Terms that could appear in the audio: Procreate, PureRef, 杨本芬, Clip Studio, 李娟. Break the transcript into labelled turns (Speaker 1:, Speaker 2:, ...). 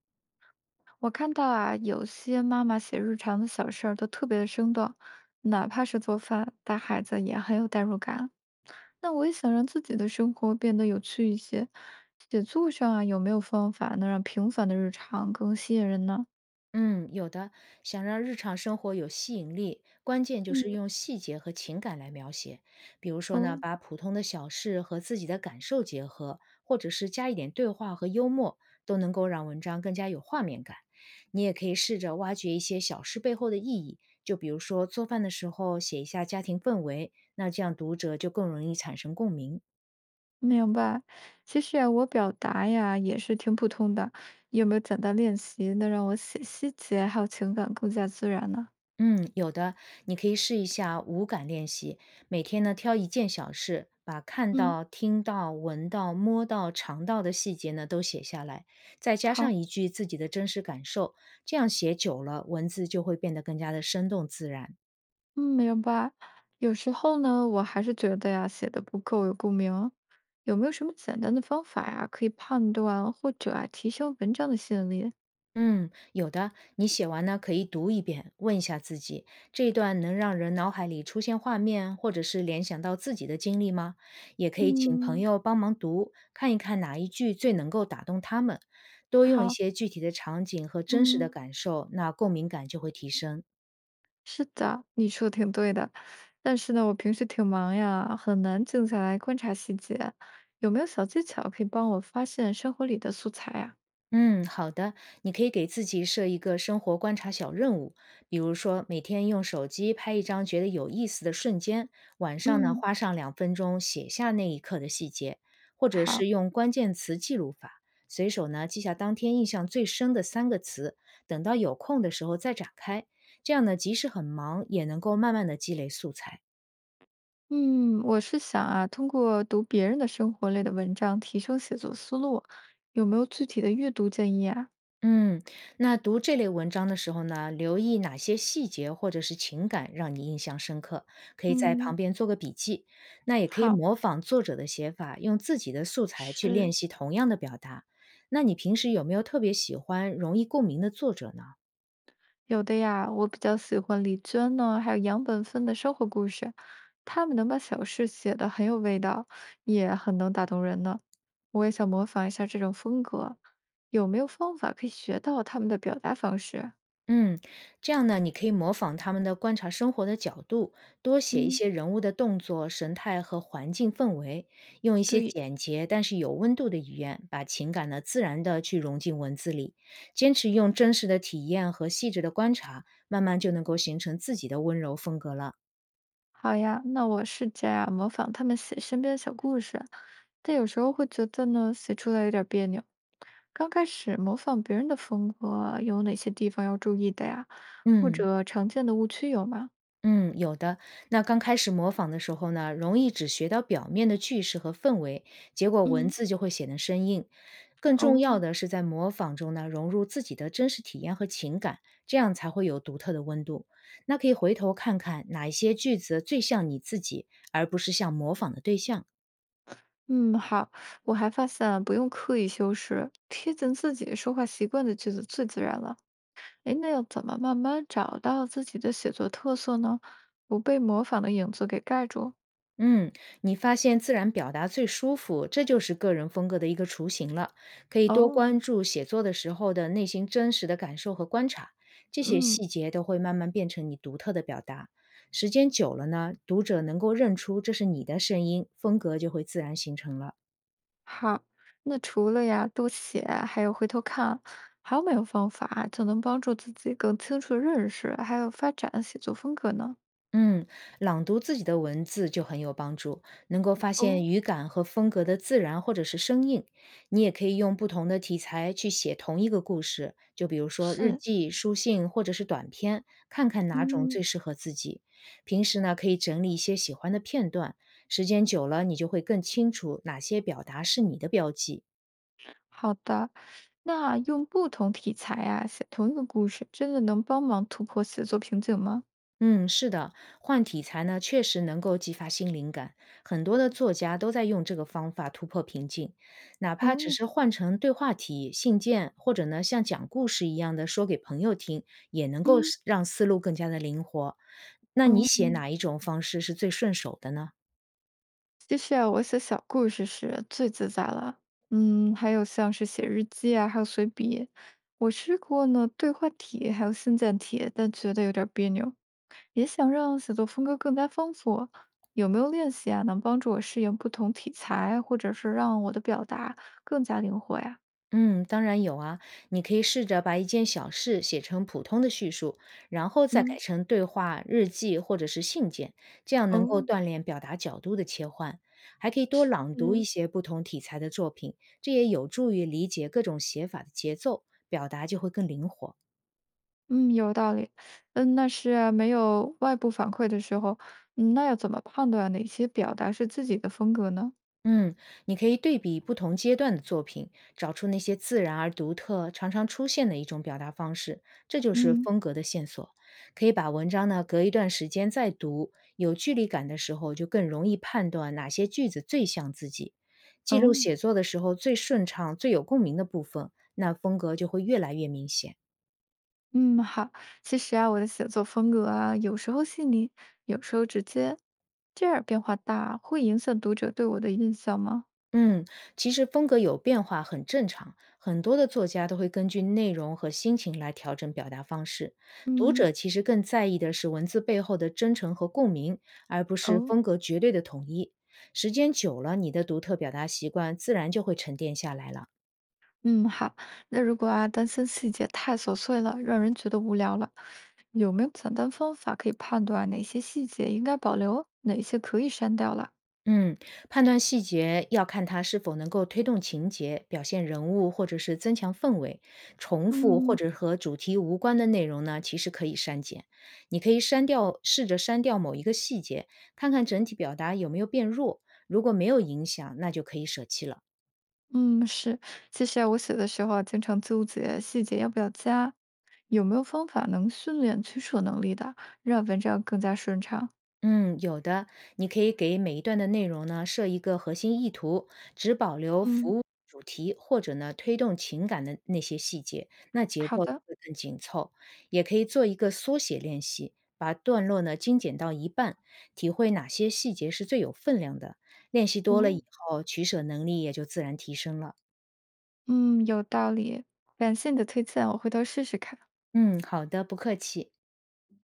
Speaker 1: 我看到啊，有些妈妈写日常的小事儿都特别的生动，哪怕是做饭带孩子也很有代入感。那我也想让自己的生活变得有趣一些，写作上啊，有没有方法能让平凡的日常更吸引人呢？
Speaker 2: 嗯，有的。想让日常生活有吸引力，关键就是
Speaker 1: 嗯，
Speaker 2: 用细节和情感来描写。比如说呢，
Speaker 1: 哦，
Speaker 2: 把普通的小事和自己的感受结合，或者是加一点对话和幽默，都能够让文章更加有画面感。你也可以试着挖掘一些小事背后的意义，就比如说做饭的时候写一下家庭氛围，那这样读者就更容易产生共鸣。
Speaker 1: 明白。其实啊，我表达呀也是挺普通的，有没有简单练习能让我写细节还有情感更加自然呢？
Speaker 2: 嗯，有的，你可以试一下五感练习，每天呢挑一件小事，把看
Speaker 1: 嗯，
Speaker 2: 到、听到、闻到、摸到、尝到的细节呢都写下来，再加上
Speaker 1: 好。
Speaker 2: 一句自己的真实感受，这样写久了，文字就会变得更加的生动自然。
Speaker 1: 嗯，明白。有时候呢，我还是觉得呀，写的不够有共鸣。有没有什么简单的方法呀，可以判断或者啊，提升文章的吸引力？
Speaker 2: 嗯，有的。你写完呢，可以读一遍，问一下自己，这一段能让人脑海里出现画面，或者是联想到自己的经历吗？也可以请朋
Speaker 1: 嗯，
Speaker 2: 友帮忙读，看一看哪一句最能够打动他们。多用一
Speaker 1: 好，
Speaker 2: 些具体的场景和真实的
Speaker 1: 嗯，
Speaker 2: 感受，那共鸣感就会提升。
Speaker 1: 是的，你说的挺对的。但是呢，我平时挺忙呀，很难静下来观察细节。有没有小技巧可以帮我发现生活里的素材呀？
Speaker 2: 嗯，好的，你可以给自己设一个生活观察小任务，比如说每天用手机拍一张觉得有意思的瞬间，晚上呢
Speaker 1: 嗯，
Speaker 2: 花上2分钟写下那一刻的细节，或者
Speaker 1: 好。
Speaker 2: 是用关键词记录法，随手呢记下当天印象最深的3个词，等到有空的时候再展开，这样呢即使很忙也能够慢慢的积累素材。
Speaker 1: 嗯，我是想啊，通过读别人的生活类的文章提升写作思路，有没有具体的阅读建议啊？
Speaker 2: 嗯，那读这类文章的时候呢，留意哪些细节或者是情感让你印象深刻，可以在旁
Speaker 1: 嗯，
Speaker 2: 边做个笔记。那也可以
Speaker 1: 好，
Speaker 2: 模仿作者的写法，用自己的素材去练
Speaker 1: 是
Speaker 2: 习同样的表达。那你平时有没有特别喜欢、容易共鸣的作者呢？
Speaker 1: 有的呀。我比较喜欢李娟呢，还有杨本芬的生活故事，他们能把小事写得很有味道，也很能打动人呢。我也想模仿一下这种风格，有没有方法可以学到他们的表达方式啊？
Speaker 2: 嗯，这样呢，你可以模仿他们的观察生活的角度，多写一
Speaker 1: 嗯，
Speaker 2: 些人物的动作、神态和环境氛围，用一些
Speaker 1: 对
Speaker 2: 简洁但是有温度的语言，把情感呢自然的去融进文字里。坚持用真实的体验和细致的观察，慢慢就能够形成自己的温柔风格了。
Speaker 1: 好呀，那我试着呀模仿他们写身边的小故事，但有时候会觉得呢，写出来有点别扭。刚开始模仿别人的风格，有哪些地方要注意的呀？或
Speaker 2: 嗯。
Speaker 1: 者常见的误区有吗？
Speaker 2: 嗯，有的。那刚开始模仿的时候呢，容易只学到表面的句式和氛围，结果文
Speaker 1: 嗯，
Speaker 2: 字就会显得生硬。更重要
Speaker 1: 哦，
Speaker 2: 的是，在模仿中呢，融入自己的真实体验和情感，这样才会有独特的温度。那可以回头看看哪一些句子最像你自己，而不是像模仿的对象。
Speaker 1: 嗯，好，我还发现啊不用刻意修饰，贴近自己说话习惯的句子最自然了。诶，那要怎么慢慢找到自己的写作特色呢？不被模仿的影子给盖住？
Speaker 2: 嗯，你发现自然表达最舒服，这就是个人风格的一个雏形了。可以多
Speaker 1: 哦，
Speaker 2: 关注写作的时候的内心真实的感受和观察，这些
Speaker 1: 嗯。
Speaker 2: 细节都会慢慢变成你独特的表达。时间久了呢，读者能够认出这是你的声音，风格就会自然形成了。
Speaker 1: 好，那除了呀多写，还有回头看，还有没有方法啊就能帮助自己更清楚认识，还有发展写作风格呢？
Speaker 2: 嗯，朗读自己的文字就很有帮助，能够发现
Speaker 1: 哦，
Speaker 2: 语感和风格的自然或者是生硬。你也可以用不同的题材去写同一个故事，就比如说日
Speaker 1: 是，
Speaker 2: 记、书信或者是短篇，看看哪种
Speaker 1: 嗯，
Speaker 2: 最适合自己。平时呢，可以整理一些喜欢的片段，时间久了，你就会更清楚哪些表达是你的标记。
Speaker 1: 好的。那用不同题材啊写同一个故事，真的能帮忙突破写作瓶颈吗？
Speaker 2: 嗯，是的，换题材呢，确实能够激发新灵感。很多的作家都在用这个方法突破瓶颈，哪怕只
Speaker 1: 哦，
Speaker 2: 是换成对话题、信件，或者呢像讲故事一样的说给朋友听，也能够
Speaker 1: 嗯，
Speaker 2: 是让思路更加的灵活。那你
Speaker 1: 哦。
Speaker 2: 写哪一种方式是最顺手的呢？
Speaker 1: 其实啊，我写小故事时最自在了。嗯，还有像是写日记啊，还有随笔。我试过呢，对话体还有信件体，但觉得有点儿别扭。也想让写作风格更加丰富，有没有练习啊，能帮助我适应不同题材，或者是让我的表达更加灵活呀？
Speaker 2: 嗯，当然有啊，你可以试着把一件小事写成普通的叙述，然后再改
Speaker 1: 嗯，
Speaker 2: 成对话、日记或者是信件，这样能够
Speaker 1: 哦，
Speaker 2: 锻炼表达角度的切换。还可以多朗读一
Speaker 1: 嗯
Speaker 2: 些不同题材的作品，这也有助于理解各种写法的节奏，表达就会更灵活。
Speaker 1: 嗯，有道理。嗯，那是啊，没有外部反馈的时候，嗯那要怎么判断哪些表达是自己的风格呢？
Speaker 2: 嗯，你可以对比不同阶段的作品，找出那些自然而独特、常常出现的一种表达方式，这就是
Speaker 1: 嗯，
Speaker 2: 风格的线索。可以把文章呢隔一段时间再读，有距离感的时候就更容易判断哪些句子最像自己。记
Speaker 1: 哦。
Speaker 2: 录写作的时候最顺畅、最有共鸣的部分，那风格就会越来越明显。
Speaker 1: 嗯，好。其实啊，我的写作风格啊，有时候细腻，有时候直接，这样变化大，会影响读者对我的印象吗？
Speaker 2: 嗯，其实风格有变化很正常，很多的作家都会根据内容和心情来调整表达方式。读
Speaker 1: 嗯，
Speaker 2: 者其实更在意的是文字背后的真诚和共鸣，而不是
Speaker 1: 哦，
Speaker 2: 风格绝对的统一。时间久了，你的独特表达习惯自然就会沉淀下来了。
Speaker 1: 嗯，好。那如果啊，担心细节太琐碎了，让人觉得无聊了，有没有简单方法可以判断哪些细节应该保留，哪些可以删掉了？
Speaker 2: 嗯，判断细节要看它是否能够推动情节、表现人物，或者是增强氛围。重复或
Speaker 1: 嗯
Speaker 2: 者和主题无关的内容呢，其实可以删减。你可以删掉，试着删掉某一个细节，看看整体表达有没有变弱。如果没有影响，那就可以舍弃了。
Speaker 1: 嗯，是。其实啊，我写的时候啊，经常纠结细节要不要加，有没有方法能训练取舍能力的？让文章更加顺畅。
Speaker 2: 嗯，有的，你可以给每一段的内容呢设一个核心意图，只保留服
Speaker 1: 嗯，
Speaker 2: 务主题或者呢推动情感的那些细节，那节
Speaker 1: 好
Speaker 2: 奏就
Speaker 1: 的，
Speaker 2: 会更紧凑。也可以做一个缩写练习，把段落呢精简到一半，体会哪些细节是最有分量的。练习多了
Speaker 1: 哦，
Speaker 2: 以后，取舍能力也就自然提升了。
Speaker 1: 嗯，有道理，感谢你的推荐，我回头试试看。
Speaker 2: 嗯，好的，不客气。